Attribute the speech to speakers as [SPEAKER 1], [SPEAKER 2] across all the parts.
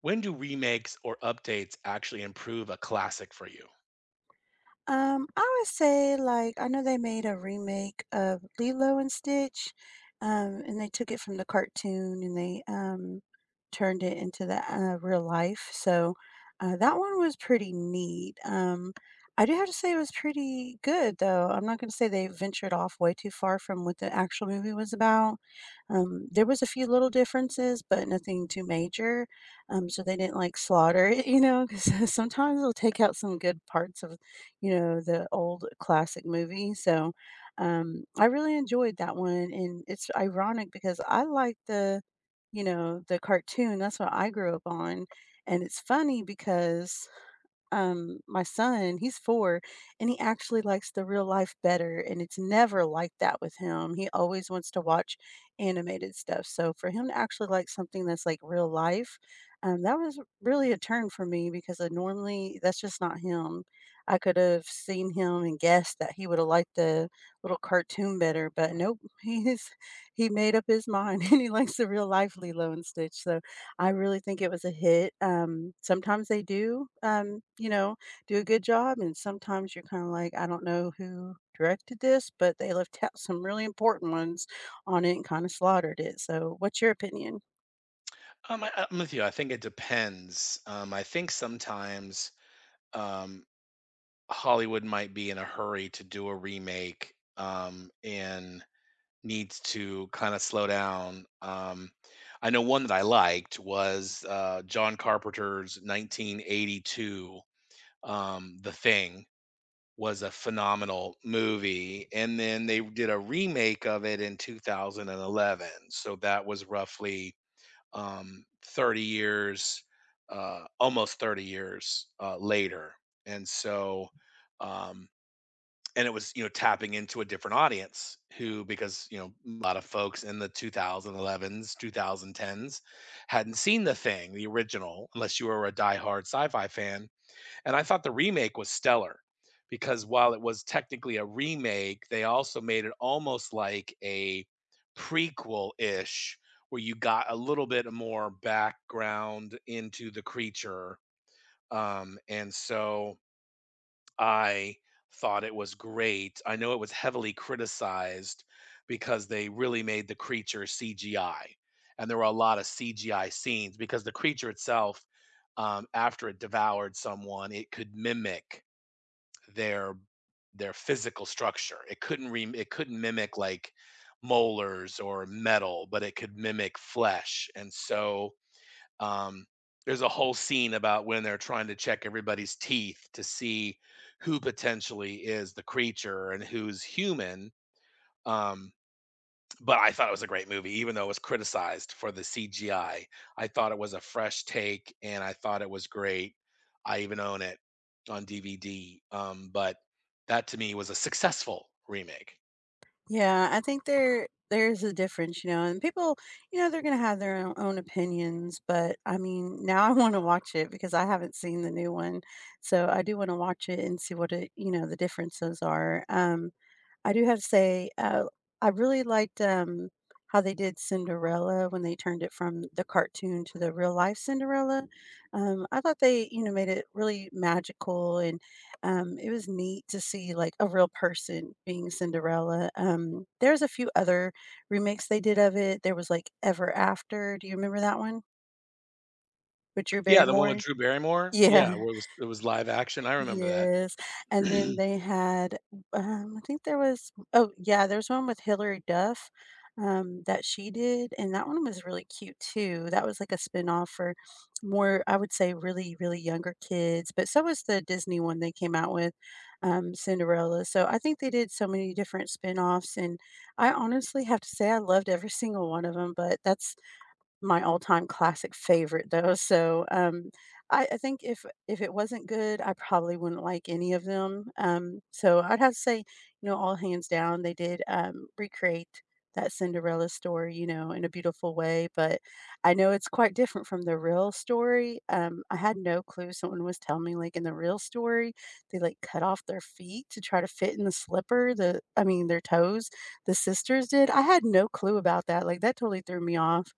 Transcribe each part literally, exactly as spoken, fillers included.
[SPEAKER 1] When do remakes or updates actually improve a classic for you?
[SPEAKER 2] Um, I would say, like, I know they made a remake of Lilo and Stitch, um, and they took it from the cartoon and they um, turned it into the uh, real life. So uh, that one was pretty neat. Um, I do have to say it was pretty good, though. I'm not going to say they ventured off way too far from what the actual movie was about. Um, there was a few little differences, but nothing too major. Um, so they didn't like slaughter it, you know, because sometimes they'll take out some good parts of you know, the old classic movie. So, um, I really enjoyed that one, and it's ironic because I like the, you know, the cartoon. That's what I grew up on, and it's funny because um, my son, he's four, and he actually likes the real life better, and it's never like that with him. He always wants to watch animated stuff. So for him to actually like something that's like real life, um, that was really a turn for me because I normally that's just not him. I could have seen him and guessed that he would have liked the little cartoon better, but nope, he's he made up his mind and he likes the real life Lilo and Stitch. So I really think it was a hit. Um, sometimes they do, um, you know, do a good job, and sometimes you're kinda like, "I don't know who directed this, but they left out some really important ones on it and kinda slaughtered it." So, what's your opinion?
[SPEAKER 1] Um, I, I'm with you. I think it depends. Um, I think sometimes um, Hollywood might be in a hurry to do a remake um, and needs to kind of slow down. Um, I know one that I liked was uh, John Carpenter's nineteen eighty-two um, The Thing. was a phenomenal movie, and then they did a remake of it in two thousand eleven, so that was roughly, um, thirty years, uh, almost thirty years, uh, later, and so, um and it was, you know, tapping into a different audience who because, you know, a lot of folks in the two thousand elevens, two thousand tens hadn't seen the thing, the original, unless you were a diehard sci-fi fan, and I thought the remake was stellar because while it was technically a remake, they also made it almost like a prequel-ish where you got a little bit more background into the creature. Um, and so I thought it was great. I know it was heavily criticized because they really made the creature C G I. And there were a lot of C G I scenes because the creature itself, um, after it devoured someone, it could mimic their their physical structure. It couldn't re it couldn't mimic like molars or metal, but it could mimic flesh. And so um, there's a whole scene about when they're trying to check everybody's teeth to see who potentially is the creature and who's human. Um, but I thought it was a great movie, even though it was criticized for the C G I. I I thought it was a fresh take, and I thought it was great. I even own it on D V D. Um, but that to me was a successful remake.
[SPEAKER 2] Yeah, I think there there's a difference, you know, and people, you know, they're gonna have their own own opinions, but, I mean, now I wanna watch it because I haven't seen the new one, so I do wanna watch it and see what it you know, the differences are. Um, I do have to say, uh, I really liked, um, how they did Cinderella when they turned it from the cartoon to the real life Cinderella. Um, I thought they, you know, made it really magical and, um, it was neat to see, like, a real person being Cinderella. Um, there's a few other remakes they did of it. There was, like, Ever After. Do you remember that one with Drew
[SPEAKER 1] Yeah, the one with
[SPEAKER 2] Barrymore?
[SPEAKER 1] Drew Barrymore. Yeah,
[SPEAKER 2] Yeah.
[SPEAKER 1] where it was it was live action. I remember that.
[SPEAKER 2] Yes, and then they had, um, I think there was oh, yeah, there's one with Hilary Duff, um, that she did, and that one was really cute too. That was like a spinoff for more, I would say, really, really younger kids, but so was the Disney one they came out with, um, Cinderella. So I think they did so many different spinoffs, and I honestly have to say I loved every single one of them. But that's my all-time classic favorite, though, so, um, I I think if if it wasn't good, I probably wouldn't like any of them, um, so I'd have to say, you know, all hands down, they did, um, recreate that Cinderella story, you know, in a beautiful way, but I know it's quite different from the real story, um, I had no clue someone was telling me, like, in the real story, they, like, cut off their feet to try to fit in the slipper, the I mean, their toes, the sisters did, I had no clue about that, like, that totally threw me off.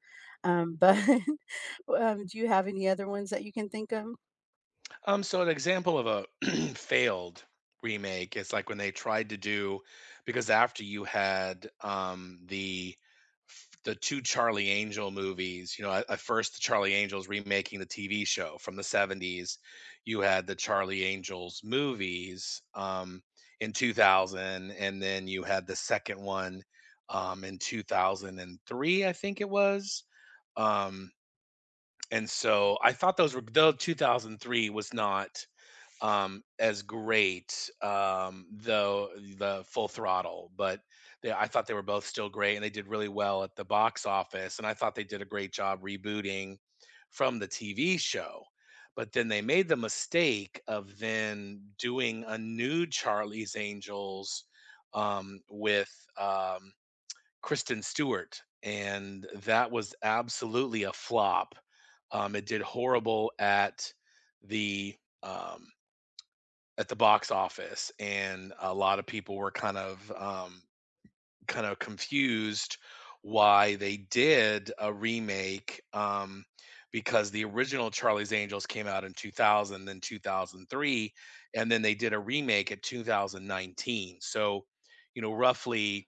[SPEAKER 2] Um, but, um, do you have any other ones that you can think of?
[SPEAKER 1] Um, so an example of a failed remake is like when they tried to do because after you had um the the two Charlie Angel movies, you know, at, at first the Charlie Angels remaking the T V show from the seventies, you had the Charlie Angels movies um in two thousand and then you had the second one um in two thousand three, I think it was. Um and so I thought those were though two thousand three was not um, as great, um, though the Full Throttle, but they, I thought they were both still great, and they did really well at the box office, and I thought they did a great job rebooting from the T V show. But then they made the mistake of then doing a new Charlie's Angels um, with um, Kristen Stewart, and that was absolutely a flop. Um, it did horrible at the um, at the box office, and a lot of people were kind of um, kind of confused why they did a remake um, because the original Charlie's Angels came out in two thousand, then two thousand three, and then they did a remake at twenty nineteen, so you know, roughly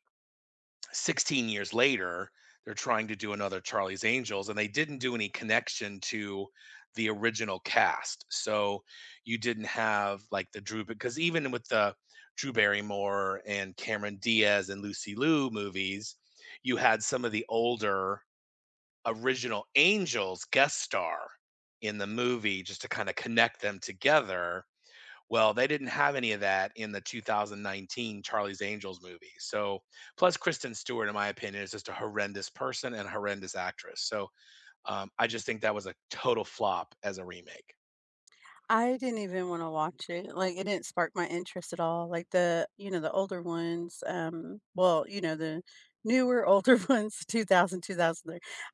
[SPEAKER 1] sixteen years later, they're trying to do another Charlie's Angels, and they didn't do any connection to the original cast. So you didn't have like the Drew, because even with the Drew Barrymore and Cameron Diaz and Lucy Liu movies, you had some of the older original Angels guest star in the movie just to kind of connect them together. Well, they didn't have any of that in the two thousand nineteen Charlie's Angels movie. So, plus Kristen Stewart, in my opinion, is just a horrendous person and a horrendous actress. So, um, I just think that was a total flop as a remake.
[SPEAKER 2] I didn't even wanna watch it, like, it didn't spark my interest at all, like, the you know, the older ones, um well, you know, the newer, older ones, two thousand,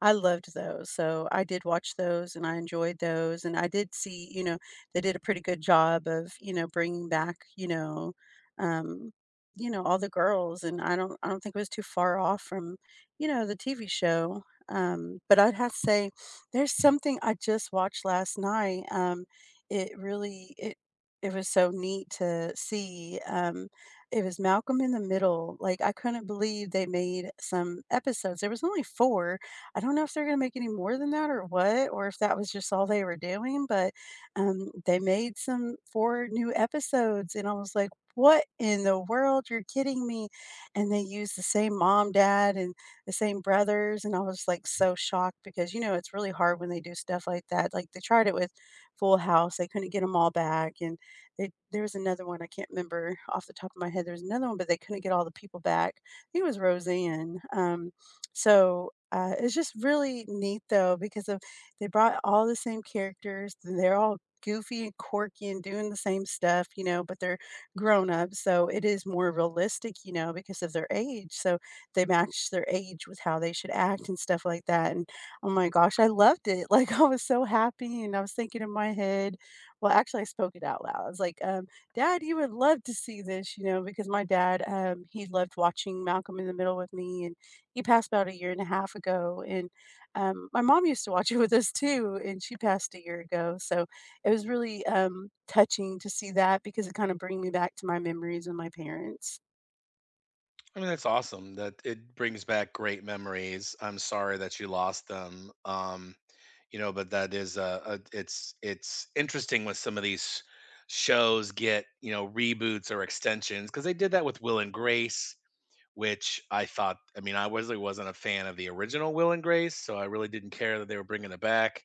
[SPEAKER 2] I loved those, so I did watch those, and I enjoyed those, and I did see, you know, they did a pretty good job of, you know, bringing back, you know, um, you know, all the girls, and I don't I don't think it was too far off from, you know, the T V show, um, but I'd have to say, there's something I just watched last night, um it really it it was so neat to see, um, it was Malcolm in the Middle, like, I couldn't believe they made some episodes, there was only four, I don't know if they're gonna make any more than that or what, or if that was just all they were doing, but, um, they made some four new episodes, and I was like, "What in the world? You're kidding me," and they used the same mom, dad, and the same brothers, and I was, like, so shocked because, you know, it's really hard when they do stuff like that, like, they tried it with Full House. They couldn't get get them all back, and they there was another one, I can't remember off the top of my head. There was another one, but they couldn't get all the people back. I think it was Roseanne. Um, so, uh, it's just really neat, though, because of they brought all the same characters, they're all goofy and quirky and doing the same stuff, you know, but they're grown up, so it is more realistic, you know, because of their age, so they match their age with how they should act and stuff like that, and oh my gosh, I loved it. Like, I was so happy, and I was thinking in my head well, actually, I spoke it out loud. I was like, um, "Dad, you would love to see this," you know, because my dad, um, he loved watching Malcolm in the Middle with me, and he passed about a year and a half ago, and, um, my mom used to watch it with us too, and she passed a year ago, so it was really, um, touching to see that because it kinda bring me back to my memories with my parents.
[SPEAKER 1] I mean, that's awesome that it brings back great memories. I'm sorry that you lost them. Um, you know, but that is uh, uh it's it's interesting when some of these shows get, you know, reboots or extensions because they did that with Will and Grace, which I thought, I mean, I wasn't wasn't a fan of the original Will and Grace, so I really didn't care that they were bringing it back.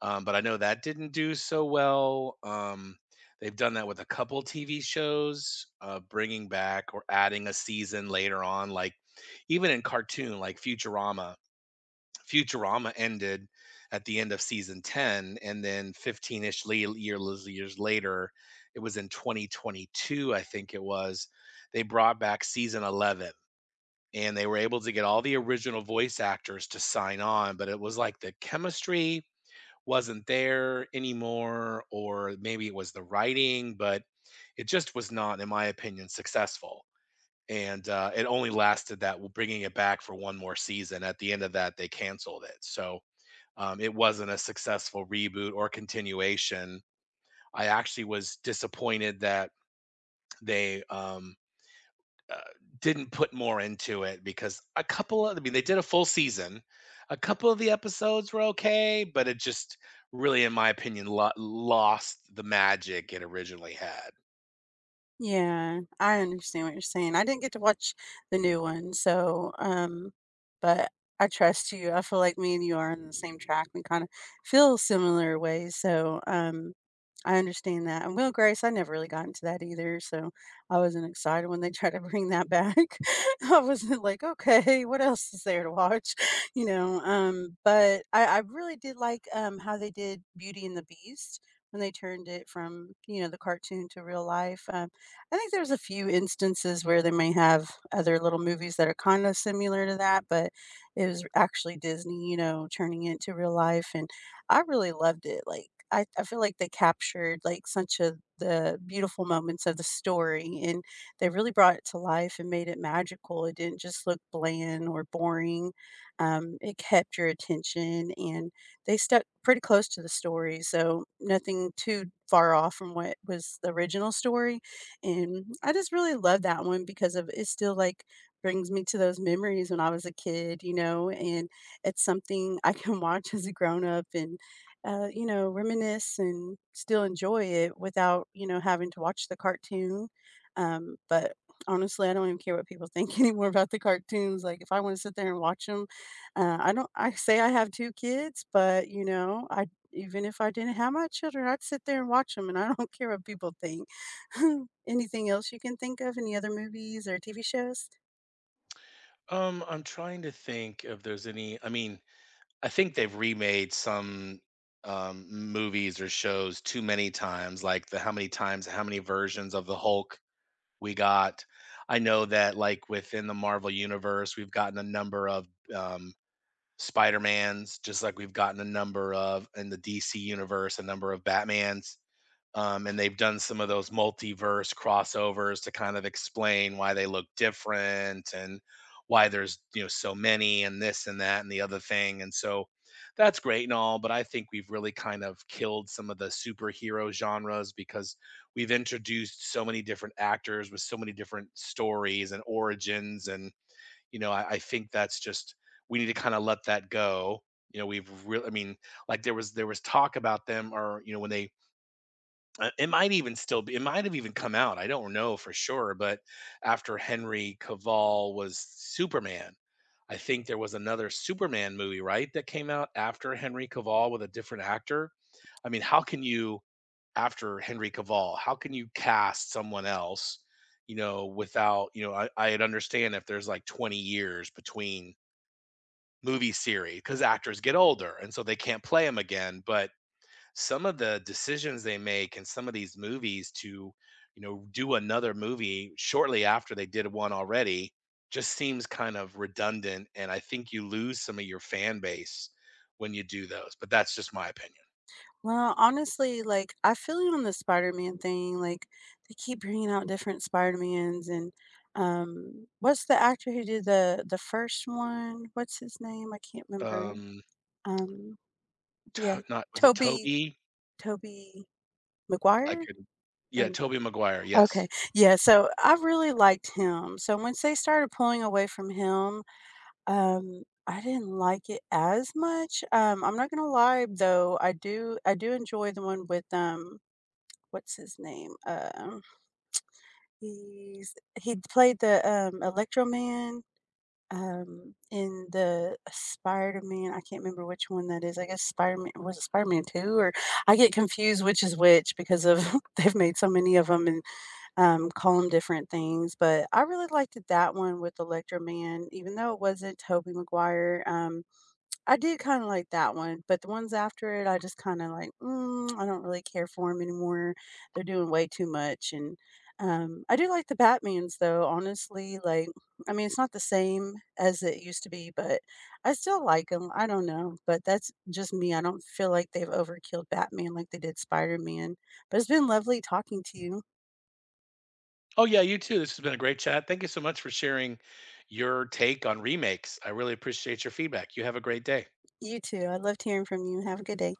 [SPEAKER 1] Um, but I know that didn't do so well. Um, they've done that with a couple T V shows, uh, bringing back or adding a season later on, like even in cartoon, like Futurama. Futurama ended at the end of season ten, and then fifteen ish years, years later, it was in twenty twenty-two, I think it was, they brought back season eleven, and they were able to get all the original voice actors to sign on, but it was like the chemistry wasn't there anymore, or maybe it was the writing, but it just was not, in my opinion, successful. And uh, it only lasted that, bringing it back for one more season. At the end of that, they canceled it. So um, it wasn't a successful reboot or continuation. I actually was disappointed that they um, uh, didn't put more into it because a couple of I mean, they did a full season. A couple of the episodes were okay, but it just really, in my opinion, lo- lost the magic it originally had.
[SPEAKER 2] Yeah, I understand what you're saying. I didn't get to watch the new one, so, um, but I trust you. I feel like me and you are on the same track. We kinda feel similar ways, so, um I understand that, and Will Grace, I never really got into that either, so I wasn't excited when they tried to bring that back. I wasn't like, "Okay, what else is there to watch?" You know, um, but I I really did like, um, how they did Beauty and the Beast when they turned it from, you know, the cartoon to real life, um, I think there's a few instances where they may have other little movies that are kinda similar to that, but it was actually Disney, you know, turning it to real life and I really loved it, like, I I feel like they captured, like, such a the beautiful moments of the story, and they really brought it to life and made it magical, it didn't just look bland or boring, um, it kept your attention, and they stuck pretty close to the story, so nothing too far off from what was the original story, and I just really love that one because of it still, like, brings me to those memories when I was a kid, you know, and it's something I can watch as a grown-up and uh, you know, reminisce and still enjoy it without, you know, having to watch the cartoon. Um, but honestly, I don't even care what people think anymore about the cartoons. Like, if I want to sit there and watch them, uh, I don't, I say I have two kids, but, you know, I, even if I didn't have my children, I'd sit there and watch them and I don't care what people think. Anything else you can think of? Any other movies or T V shows?
[SPEAKER 1] Um I'm trying to think if there's any. I mean, I think they've remade some um movies or shows too many times, like the how many times, how many versions of the Hulk we got. I know that like within the Marvel universe, we've gotten a number of um Spider-Mans, just like we've gotten a number of in the D C universe, a number of Batmans. Um, and they've done some of those multiverse crossovers to kind of explain why they look different and why there's, you know, so many and this and that and the other thing. And so that's great and all, but I think we've really kind of killed some of the superhero genres because we've introduced so many different actors with so many different stories and origins, and you know, I, I think that's just we need to kind of let that go. You know, we've really, I mean, like there was there was talk about them, or you know, when they uh, it might even still be it might have even come out. I don't know for sure, but after Henry Cavill was Superman, I think there was another Superman movie, right, that came out after Henry Cavill with a different actor. I mean, how can you after Henry Cavill, how can you cast someone else, you know, without, you know, I, I'd understand if there's like twenty years between movie series because actors get older and so they can't play them again. But some of the decisions they make in some of these movies to, you know, do another movie shortly after they did one already just seems kind of redundant, and I think you lose some of your fan base when you do those, but that's just my opinion.
[SPEAKER 2] Well, honestly, like, I feel you on the Spider-Man thing, like, they keep bringing out different Spider-Mans and, um, what's the actor who did the the first one? What's his name? I can't remember.
[SPEAKER 1] um
[SPEAKER 2] Um, yeah,
[SPEAKER 1] to- not, was it
[SPEAKER 2] Toby,
[SPEAKER 1] Toby
[SPEAKER 2] Toby
[SPEAKER 1] I
[SPEAKER 2] McGuire.
[SPEAKER 1] could
[SPEAKER 2] Or
[SPEAKER 1] yeah, Toby Maguire,
[SPEAKER 2] okay,
[SPEAKER 1] yes.
[SPEAKER 2] yeah, so I really liked him, so once they started pulling away from him, um, I didn't like it as much, um, I'm not gonna lie, though, I do I do enjoy the one with, um what's his name? Um, he's he played the, um, Electro Man, um, in the Spider-Man I can't remember which one that is, I guess Spider-Man was it Spider-Man two or I get confused which is which because of they've made so many of them and, um, call them different things, but I really liked that one with Electro Man, even though it wasn't Tobey Maguire, um I did kinda like that one, but the ones after it, I just kinda like, "Mm, I don't really care for them anymore. They're doing way too much," and, um, I do like the Batmans, though, honestly, like, I mean, it's not the same as it used to be, but I still like them. I don't know, but that's just me. I don't feel like they've overkilled Batman like they did Spider-Man, but it's been lovely talking to you.
[SPEAKER 1] Oh yeah, you too. This has been a great chat. Thank you so much for sharing your take on remakes. I really appreciate your feedback. You have a great day.
[SPEAKER 2] You too. I loved hearing from you. Have a good day.